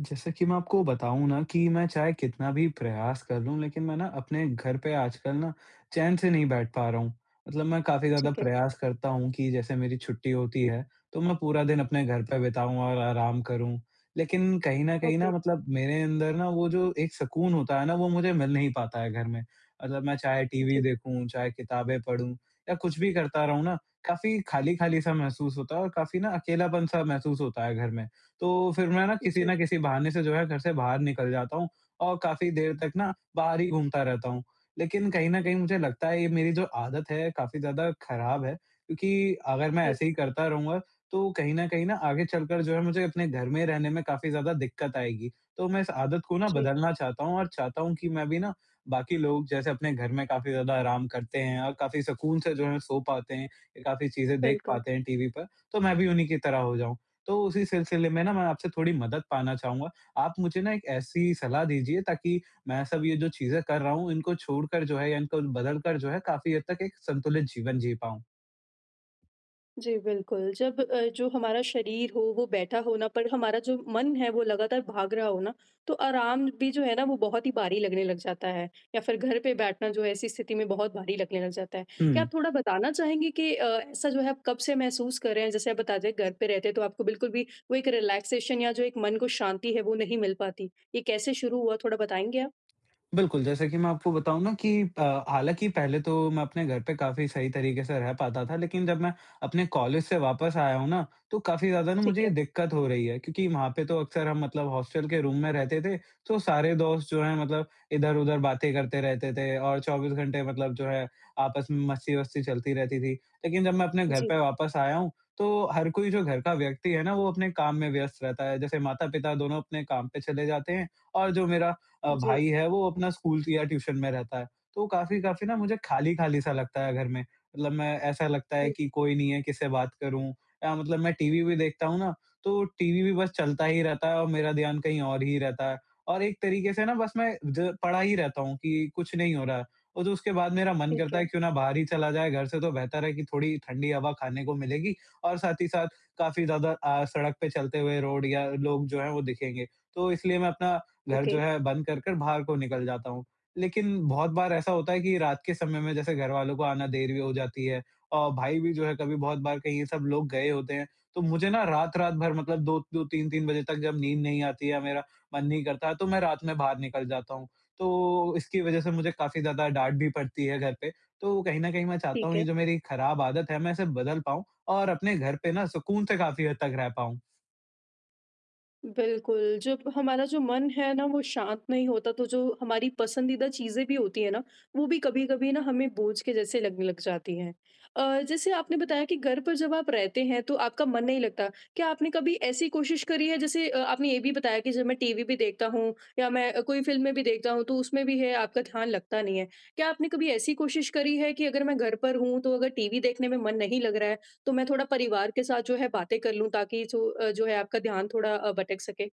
जैसा कि मैं आपको बताऊँ ना कि मैं चाहे कितना भी प्रयास कर लूँ, लेकिन मैं ना अपने घर पे आजकल ना चैन से नहीं बैठ पा रहा हूँ। मतलब मैं काफ़ी ज़्यादा ठीक है, प्रयास करता हूँ कि जैसे मेरी छुट्टी होती है, तो मैं पूरा दिन अपने घर पे बिताऊँ और आराम करूँ। लेकिन कहीं न कहीं ओके। ना मतलब मेरे अंदर ना वो जो एक सुकून होता है ना, वो मुझे मिल नहीं पाता है घर में। मतलब मैं चाहे टीवी जी, देखूँ, चाहे किताबें पढूँ या कुछ भी करता रहूँ ना, काफ़ी खाली-खाली सा महसूस होता है और काफ़ी ना अकेलापन-सा महसूस होता है घर में। तो फिर मैं ना किसी जी, न किसी बहाने से जो है घर से बाहर निकल जाता हूँ और काफ़ी देर तक ना बाहर ही घूमता रहता हूँ। लेकिन कहीं न कहीं मुझे लगता है ये मेरी जो आदत है काफ़ी ज़्यादा खराब है, क्योंकि अगर मैं जी, ऐसे ही करता रहूँगा तो कहीं न कहीं ना आगे चलकर जो है मुझे अपने घर में रहने में काफ़ी ज़्यादा दिक्कत आएगी। तो मैं इस आदत को ना जी। बदलना चाहता हूँ और चाहता हूँ कि मैं भी ना बाकी लोग जैसे अपने घर में काफ़ी ज़्यादा आराम करते हैं और काफ़ी सुकून से जो है सो पाते हैं, काफ़ी चीज़ें देख बिल्कुल। पाते हैं टीवी पर, तो मैं भी उन्हीं की तरह हो जाऊँ। तो उसी सिलसिले में ना मैं आपसे थोड़ी मदद पाना चाहूँगा। आप मुझे ना एक ऐसी सलाह दीजिए ताकि मैं सब ये जो चीज़ें कर रहा हूँ इनको छोड़कर जो है या इनको बदल कर जो है काफ़ी हद तक एक संतुलित जीवन जी पाऊँ। जी, बिल्कुल। जब जो हमारा शरीर हो वो बैठा होना पर हमारा जो मन है वो लगातार भाग रहा हो ना, तो आराम भी जो है ना वो बहुत ही भारी लगने लग जाता है या फिर घर पे बैठना जो है ऐसी स्थिति में बहुत भारी लगने लग जाता है। क्या आप हुँ। थोड़ा बताना चाहेंगे कि ऐसा जो है आप कब से महसूस कर रहे हैं? जैसे आप बता रहे हैं घर पे रहते हैं तो आपको बिल्कुल भी वो एक रिलैक्सेशन या जो एक मन को शांति है वो नहीं मिल पाती। ये कैसे शुरू हुआ थोड़ा बताएँगे आप? बिल्कुल, जैसे कि मैं आपको बताऊँ ना कि अ, हालाँकि पहले तो मैं अपने घर पे काफ़ी सही तरीके से रह पाता था, लेकिन जब मैं अपने कॉलेज से वापस आया हूँ ना, तो काफ़ी ज़्यादा ना मुझे ठीक है। ये दिक्कत हो रही है, क्योंकि वहाँ पे तो अक्सर हम मतलब हॉस्टल के रूम में रहते थे, तो सारे दोस्त जो हैं मतलब इधर-उधर बातें करते रहते थे और 24 घंटे मतलब जो है आपस में मस्ती-वस्ती चलती रहती थी। लेकिन जब मैं अपने घर जी, पे वापस आया हूँ, तो हर कोई जो घर का व्यक्ति है ना, वो अपने काम में व्यस्त रहता है। जैसे माता-पिता दोनों अपने काम पे चले जाते हैं और जो मेरा जी, भाई है वो अपना स्कूल या ट्यूशन में रहता है। तो काफ़ी-काफ़ी ना मुझे खाली-खाली सा लगता है घर में। मतलब मैं ऐसा लगता है जी, कि कोई नहीं है, किससे बात करूँ, या मतलब मैं टीवी भी देखता हूँ ना, तो टीवी भी बस चलता ही रहता है और मेरा ध्यान कहीं और ही रहता है। और एक तरीके से ना बस मैं ज पड़ा ही रहता हूँ कि कुछ नहीं हो रहा है। और तो उसके बाद मेरा मन ठीक करता है, है क्यों ना बाहर ही चला जाए, घर से तो बेहतर है कि थोड़ी ठंडी हवा खाने को मिलेगी और साथ ही साथ काफ़ी ज़्यादा सड़क पे चलते हुए रोड या लोग जो हैं वो दिखेंगे। तो इसलिए मैं अपना घर ओके। जो है बंद कर कर बाहर को निकल जाता हूँ। लेकिन बहुत बार ऐसा होता है कि रात के समय में जैसे घरवालों को आना देर भी हो जाती है और भाई भी जो है कभी बहुत बार कहीं ये सब लोग गए होते हैं, तो मुझे ना रात-रात भर मतलब 2-2 3-3 बजे तक जब नींद नहीं आती है, मेरा मन नहीं करता है, तो मैं रात में बाहर निकल जाता हूँ। तो इसकी वज़ह से मुझे काफ़ी ज़्यादा डाँट भी पड़ती है घर पे। तो कहीं न कहीं मैं चाहता ठीक हूँ है, ये जो मेरी खराब आदत है मैं इसे बदल पाऊँ और अपने घर पे ना सुकून से काफ़ी हद तक रह पाऊँ। बिल्कुल। जब हमारा जो मन है ना वो शांत नहीं होता तो जो हमारी पसंदीदा चीज़ें भी होती है ना, वो भी कभी-कभी ना हमें बोझ के जैसे लगने लग जाती हैं। जैसे आपने बताया कि घर पर जब आप रहते हैं तो आपका मन नहीं लगता। क्या आपने कभी ऐसी कोशिश करी है जैसे आपने ये भी बताया कि जब मैं टीवी भी देखता हूँ या मैं कोई फ़िल्में भी देखता हूँ तो उसमें भी है आपका ध्यान लगता नहीं है। क्या आपने कभी ऐसी कोशिश करी है कि अगर मैं घर पर हूँ तो अगर टीवी देखने में मन नहीं लग रहा है तो मैं थोड़ा परिवार के साथ जो है बातें कर लूँ ताकि जो है आपका ध्यान थोड़ा भटक सके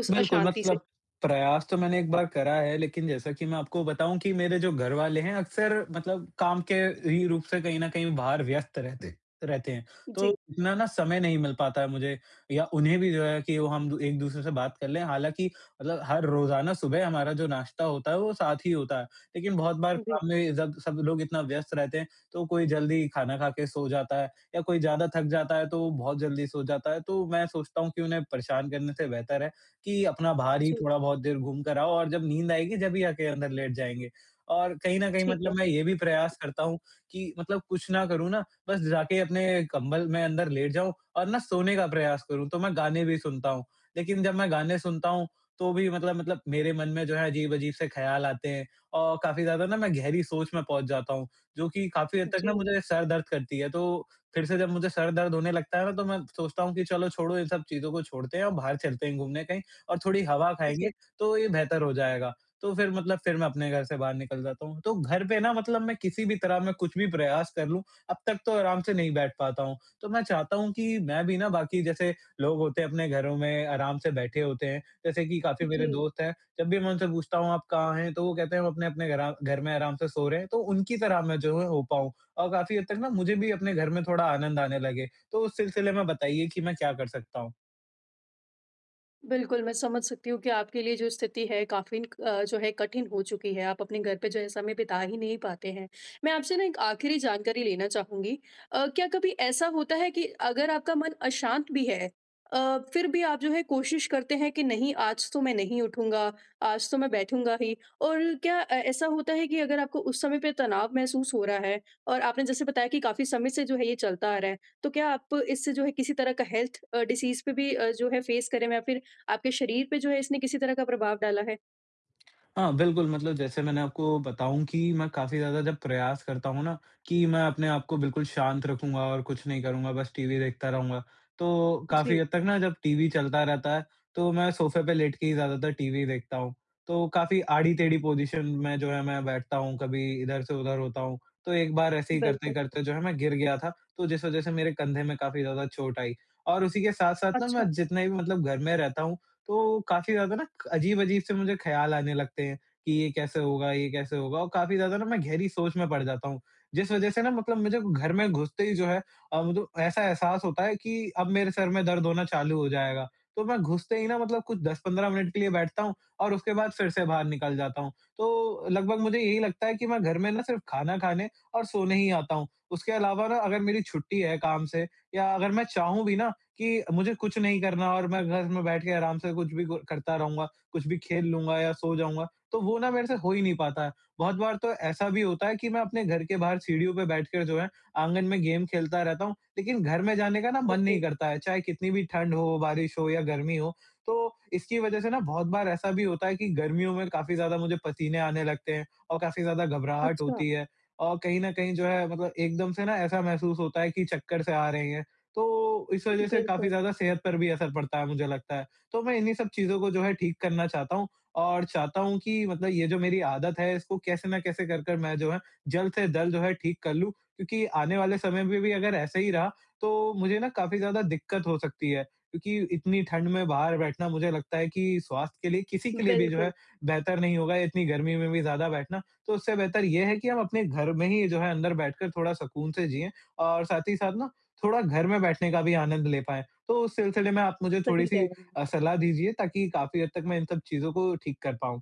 उस बिल्कुल, अशांति से। मतलब प्रयास तो मैंने एक बार करा है, लेकिन जैसा कि मैं आपको बताऊँ कि मेरे जो घरवाले हैं अक्सर मतलब काम के ही रूप से कहीं न कहीं बाहर व्यस्त रहते रहते हैं। तो जी, इतना ना समय नहीं मिल पाता है मुझे या उन्हें भी जो है कि वो हम दू एक-दूसरे से बात कर लें। हालाँकि मतलब हर रोज़ाना सुबह हमारा जो नाश्ता होता है वो साथ ही होता है, लेकिन बहुत बार जी, काम में जब सब लोग इतना व्यस्त रहते हैं, तो कोई जल्दी खाना खा के सो जाता है या कोई ज़्यादा थक जाता है, तो वो बहुत जल्दी सो जाता है। तो मैं सोचता हूँ कि उन्हें परेशान करने से बेहतर है कि अपना बाहर ही जी, थोड़ा बहुत देर घूम कर आओ और जब नींद आएगी जब ही आके अंदर लेट जाएँगे। और कहीं न कहीं ठीक है। मतलब मैं ये भी प्रयास करता हूँ कि मतलब कुछ ना करूँ ना, बस जाके अपने कंबल में अंदर लेट जाऊँ और ना सोने का प्रयास करूँ, तो मैं गाने भी सुनता हूँ। लेकिन जब मैं गाने सुनता हूँ, तो भी मतलब मेरे मन में जो है अजीब-अजीब से ख़्याल आते हैं और काफ़ी ज़्यादा ना मैं गहरी सोच में पहुँच जाता हूँ, जो कि काफ़ी हद तक ना जी, मुझे सर दर्द करती है। तो फिर से जब मुझे सर दर्द होने लगता है ना, तो मैं सोचता हूँ कि चलो छोड़ो इन सब चीज़ों को छोड़ते हैं और बाहर चलते हैं घूमने कहीं। और थोड़ी हवा खाएँगे, जी, तो ये बेहतर हो जाएगा। तो फिर मतलब फिर मैं अपने घर से बाहर निकल जाता हूँ। तो घर पे ना मतलब मैं किसी भी तरह मैं कुछ भी प्रयास कर लूँ, अब तक तो आराम से नहीं बैठ पाता हूँ। तो मैं चाहता हूँ कि मैं भी ना बाकी जैसे लोग होते हैं अपने घरों में आराम से बैठे होते हैं, जैसे कि काफ़ी जी। मेरे दोस्त हैं, जब भी मैं उनसे पूछता हूँ, "आप कहाँ हैं?" तो वो कहते हैं, "हम अपने-अपने घरा घर घर में आराम से सो रहे हैं।" तो उनकी तरह मैं जो है हो पाऊँ और काफ़ी हद तक ना मुझे भी अपने घर में थोड़ा आनंद आने लगे। तो उस सिलसिले में बताइए कि मैं क्या कर सकता हूँ? बिल्कुल, मैं समझ सकती हूँ कि आपके लिए जो स्थिति है काफ़ी जो है कठिन हो चुकी है। आप अपने घर पे जो है समय बिता ही नहीं पाते हैं। मैं आपसे ना एक आखिरी जानकारी लेना चाहूँगी। क्या कभी ऐसा होता है कि अगर आपका मन अशांत भी है, फिर भी आप जो है कोशिश करते हैं कि नहीं, आज तो मैं नहीं उठूँगा, आज तो मैं बैठूँगा ही, और क्या ऐसा होता है कि अगर आपको उस समय पे तनाव महसूस हो रहा है और आपने जैसे बताया कि काफ़ी समय से जो है ये चलता आ रहा है, तो क्या आप इससे जो है किसी तरह का हेल्थ डिसीज़ पे भी जो है फेस करें या फिर आपके शरीर पे जो है इसने किसी तरह का प्रभाव डाला है? हाँ, बिल्कुल मतलब जैसे मैंने आपको बताऊँ कि मैं काफ़ी ज़्यादा जब प्रयास करता हूँ ना, कि मैं अपने आप को बिल्कुल शांत रखूँगा और कुछ नहीं करूँगा, बस टीवी देखता रहूँगा। तो काफ़ी जी, हद तक ना जब टीवी चलता रहता है, तो मैं सोफ़े पे लेट के ही ज़्यादातर टीवी देखता हूँ। तो काफ़ी आड़ी-टेढ़ी पोज़ीशन में जो है मैं बैठता हूँ, कभी इधर से उधर होता हूँ। तो एक बार ऐसे ही बिल्कुल। करते-करते जो है मैं गिर गया था, तो जिस वज़ह से मेरे कंधे में काफ़ी ज़्यादा चोट आई। और उसी के साथ-साथ ना अच्छा, मैं जितना भी मतलब घर में रहता हूँ, तो काफ़ी ज़्यादा ना अजीब अजीब से मुझे ख्याल आने लगते हैं कि ये कैसे होगा और काफ़ी ज़्यादा ना मैं गहरी सोच में पड़ जाता हूँ। जिस वज़ह से ना मतलब मुझे घर में घुसते ही जो है मुझे ऐसा एहसास होता है कि अब मेरे सर में दर्द होना चालू हो जाएगा। तो मैं घुसते ही ना मतलब कुछ 10-15 मिनट के लिए बैठता हूँ और उसके बाद फिर से बाहर निकल जाता हूँ। तो लगभग मुझे यही लगता है कि मैं घर में ना सिर्फ़ खाना खाने और सोने ही आता हूँ। उसके अलावा ना अगर मेरी छुट्टी है काम से या अगर मैं चाहूँ भी ना कि मुझे कुछ नहीं करना और मैं घर में बैठ के आराम से कुछ भी ग करता रहूँगा, कुछ भी खेल लूँगा या सो जाऊँगा, तो वो ना मेरे से हो ही नहीं पाता है। बहुत बार तो ऐसा भी होता है कि मैं अपने घर के बाहर सीढ़ियों पे बैठकर जो है आँगन में गेम खेलता रहता हूँ, लेकिन घर में जाने का ना मन ओके। नहीं करता है, चाहे कितनी भी ठंड हो, बारिश हो या गर्मी हो। तो इसकी वज़ह से ना बहुत बार ऐसा भी होता है कि गर्मियों में काफ़ी ज़्यादा मुझे पसीने आने लगते हैं और काफ़ी ज़्यादा घबराहट अच्छा, होती है और कहीं न कहीं जो है मतलब एकदम से ना ऐसा महसूस होता है कि चक्कर से आ रहे हैं। तो इस वज़ह से काफ़ी बिल्कुल, ज़्यादा सेहत पर भी असर पड़ता है, मुझे लगता है। तो मैं इन्हीं सब चीज़ों को जो है ठीक करना चाहता हूँ और चाहता हूँ कि मतलब ये जो मेरी आदत है इसको कैसे ना कैसे कर कर मैं जो है जल्द से जल्द जो है ठीक कर लूँ। क्योंकि आने वाले समय में भी अगर ऐसे ही रहा तो मुझे ना काफ़ी ज़्यादा दिक्कत हो सकती है। क्योंकि इतनी ठंड में बाहर बैठना मुझे लगता है कि स्वास्थ्य के लिए किसी के लिए भी जो बिल्कुल, है बेहतर नहीं होगा, इतनी गर्मी में भी ज़्यादा बैठना। तो उससे बेहतर ये है कि हम अपने घर में ही जो है अंदर बैठकर थोड़ा सुकून से जिएँ और साथ ही साथ ना थोड़ा घर में बैठने का भी आनंद ले पाएँ। तो उस सिलसिले में आप मुझे सही कह थोड़ी-सी रहे हैं। सलाह दीजिए ताकि काफ़ी हद तक मैं इन सब चीज़ों को ठीक कर पाऊँ।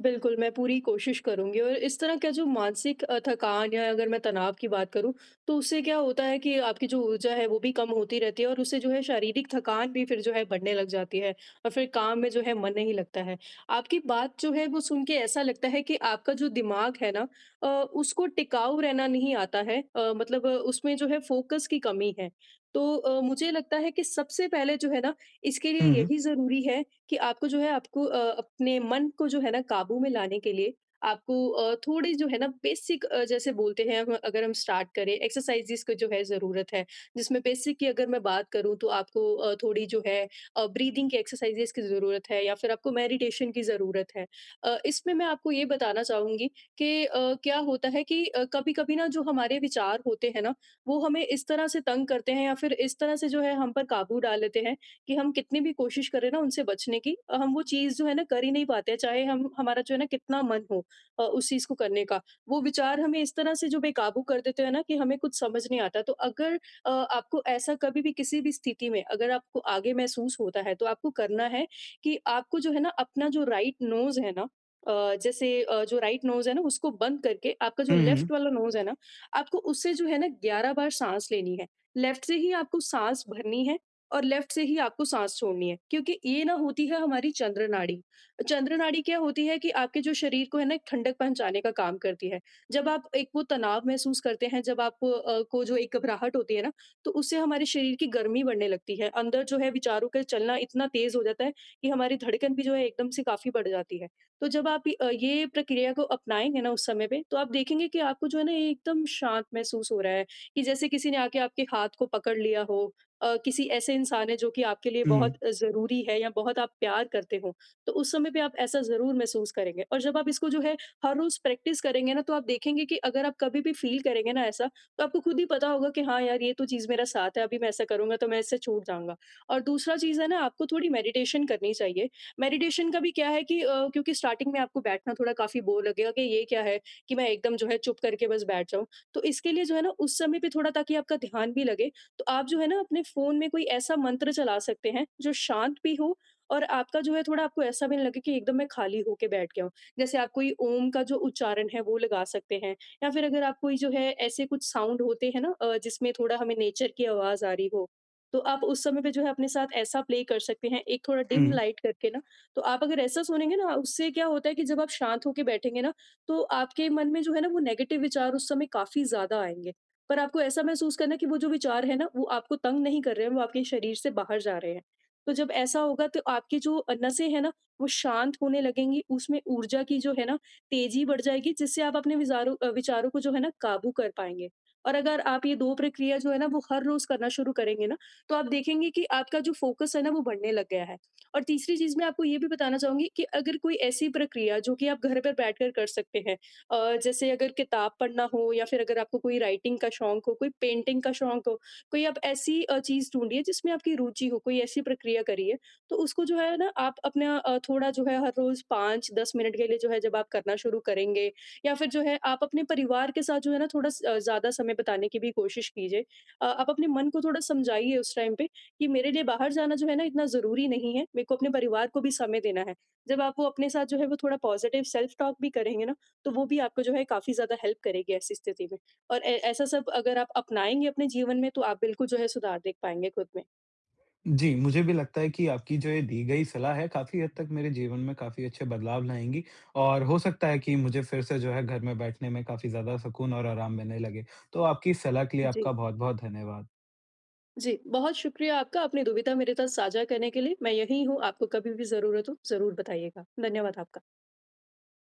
बिल्कुल, मैं पूरी कोशिश करूँगी, और इस तरह का जो मानसिक थकान या अगर मैं तनाव की बात करूँ, तो उससे क्या होता है कि आपकी जो ऊर्जा है वो भी कम होती रहती है और उससे जो है शारीरिक थकान भी फिर जो है बढ़ने लग जाती है और फिर काम में जो है मन नहीं लगता है। आपकी बात जो है वो सुन के ऐसा लगता है कि आपका जो दिमाग है ना, उसको टिकाऊ रहना नहीं आता है, मतलब उसमें जो है फ़ोकस की कमी है। तो मुझे लगता है कि सबसे पहले जो है ना, इसके लिए हुँ, यही ज़रूरी है कि आपको जो है आपको अपने मन को जो है ना काबू में लाने के लिए आपको थोड़ी जो है ना बेसिक, जैसे बोलते हैं अगर हम स्टार्ट करें एक्सरसाइजेस को, जो है ज़रूरत है। जिसमें बेसिक की अगर मैं बात करूं तो आपको थोड़ी जो है ब्रीदिंग की एक्सरसाइजेस की ज़रूरत है या फिर आपको मेडिटेशन की ज़रूरत है। इसमें मैं आपको ये बताना चाहूंगी कि क्या होता है कि कभी कभी ना जो हमारे विचार होते हैं ना, वो हमें इस तरह से तंग करते हैं या फिर इस तरह से जो है हम पर काबू डाल लेते हैं कि हम कितनी भी कोशिश करें ना उनसे बचने की, हम वो चीज़ जो है ना कर ही नहीं पाते हैं, चाहे हम, हमारा जो है ना कितना मन हो उस चीज़ को करने का। वो विचार हमें इस तरह से जो बेकाबू कर देते हैं ना कि हमें कुछ समझ नहीं आता। तो अगर आपको ऐसा कभी भी किसी भी स्थिति में, अगर आपको आगे महसूस होता है तो आपको करना है कि आपको जो है ना अपना जो राइट नोज़ है ना, जो राइट नोज़ है ना उसको बंद करके आपका जो हुँ, लेफ्ट हुँ, वाला नोज़ है ना, आपको उससे जो है ना 11 बार साँस लेनी है। लेफ्ट से ही आपको साँस भरनी है और लेफ्ट से ही आपको साँस छोड़नी है, क्योंकि ये ना होती है हमारी चंद्र नाड़ी। चंद्र नाड़ी क्या होती है कि आपके जो शरीर को है ना एक ठंडक पहुँचाने का काम करती है। जब आप एक वो तनाव महसूस करते हैं, जब आप को जो एक घबराहट होती है ना, तो उससे हमारे शरीर की गर्मी बढ़ने लगती है। अंदर जो है विचारों का चलना इतना तेज़ हो जाता है कि हमारी धड़कन भी जो है एकदम से काफ़ी बढ़ जाती है। तो जब आप ये प्रक्रिया को अपनाएँगे ना उस समय पे, तो आप देखेंगे कि आपको जो है ना ये एकदम शांत महसूस हो रहा है, कि जैसे किसी ने आके आपके हाथ को पकड़ लिया हो, किसी ऐसे इंसान हैं जो कि आपके लिए हुँ, बहुत ज़रूरी है या बहुत आप प्यार करते हो, तो उस समय पे आप ऐसा ज़रूर महसूस करेंगे। और जब आप इसको जो है हर रोज़ प्रैक्टिस करेंगे ना, तो आप देखेंगे कि अगर आप कभी भी फ़ील करेंगे ना ऐसा, तो आपको खुद ही पता होगा कि हाँ यार, ये तो चीज़ मेरा साथ है, अभी मैं ऐसा करूँगा तो मैं इससे छूट जाऊँगा। और दूसरा चीज़ है ना, आपको थोड़ी मेडिटेशन करनी चाहिए। मेडिटेशन का भी क्या है कि क्योंकि स्टार्टिंग में आपको बैठना थोड़ा काफ़ी बोर लगेगा कि ये क्या है कि मैं एकदम जो है चुप करके बस बैठ जाऊँ। तो इसके लिए जो है ना, उस समय पे थोड़ा, ताकि आपका ध्यान भी लगे, तो आप जो है ना अपने फ़ोन में कोई ऐसा मंत्र चला सकते हैं जो शांत भी हो और आपका जो है थोड़ा, आपको ऐसा भी नहीं लगे कि एकदम मैं खाली होके बैठ गया हूँ। जैसे आप कोई ओम का जो उच्चारण है वो लगा सकते हैं या फिर अगर आप कोई जो है ऐसे कुछ साउंड होते हैं ना, जिसमें थोड़ा हमें नेचर की आवाज़ आ रही हो, तो आप उस समय पे जो है अपने साथ ऐसा प्ले कर सकते हैं, एक थोड़ा डिम हुँ। लाइट करके ना, तो आप अगर ऐसा सुनेंगे ना, उससे क्या होता है कि जब आप शांत होके बैठेंगे ना, तो आपके मन में जो है ना वो नेगेटिव विचार उस समय काफ़ी ज़्यादा आएँगे। पर आपको ऐसा महसूस करना कि वो जो विचार है ना, वो आपको तंग नहीं कर रहे हैं, वो आपके शरीर से बाहर जा रहे हैं। तो जब ऐसा होगा तो आपकी जो नसें हैं ना, वो शांत होने लगेंगी, उसमें ऊर्जा की जो है ना, तेज़ी बढ़ जाएगी, जिससे आप अपने विचारों को जो है ना काबू कर पाएँगे। और अगर आप ये 2 प्रक्रिया जो है ना, वो हर रोज़ करना शुरू करेंगे ना, तो आप देखेंगे कि आपका जो फ़ोकस है ना, वो बढ़ने लग गया है। और तीसरी चीज़ मैं आपको ये भी बताना चाहूँगी कि अगर कोई ऐसी प्रक्रिया जो कि आप घर पर बैठकर कर सकते हैं, जैसे अगर किताब पढ़ना हो या फिर अगर आपको कोई राइटिंग का शौक हो, कोई पेंटिंग का शौक हो, कोई आप ऐसी चीज़ ढूँढिए जिसमें आपकी रुचि हो, कोई ऐसी प्रक्रिया करिए। तो उसको जो है ना आप अपना, थोड़ा जो है हर रोज़ 5-10 मिनट के लिए, जो है जब आप करना शुरू करेंगे, या फिर जो है आप अपने परिवार के साथ जो है ना थोड़ा ज़्यादा समय बिताने की भी कोशिश कीजिए। आप अपने मन को थोड़ा समझाइए उस टाइम पे कि मेरे लिए बाहर जाना जो है ना इतना ज़रूरी नहीं है, मेरे को अपने परिवार को भी समय देना है। जब आप वो अपने साथ जो है वो थोड़ा पॉज़िटिव सेल्फ टॉक भी करेंगे ना, तो वो भी आपको जो है काफ़ी ज़्यादा हेल्प करेगी ऐसी स्थिति में। और ऐ ऐसा सब अगर आप अपनाएँगे अपने जीवन में, तो आप बिल्कुल जो है सुधार देख पाएँगे खुद में। जी, मुझे भी लगता है कि आपकी जो ये दी गई सलाह है काफ़ी हद तक मेरे जीवन में काफ़ी अच्छे बदलाव लाएँगी और हो सकता है कि मुझे फिर से जो है घर में बैठने में काफ़ी ज़्यादा सुकून और आराम मिलने लगे। तो आपकी इस सलाह के लिए जी। आपका बहुत-बहुत धन्यवाद। जी, बहुत शुक्रिया आपका अपनी दुविधा मेरे साथ साझा करने के लिए। मैं यहीं हूँ, आपको कभी भी ज़रूरत हो ज़रूर बताइएगा। धन्यवाद आपका।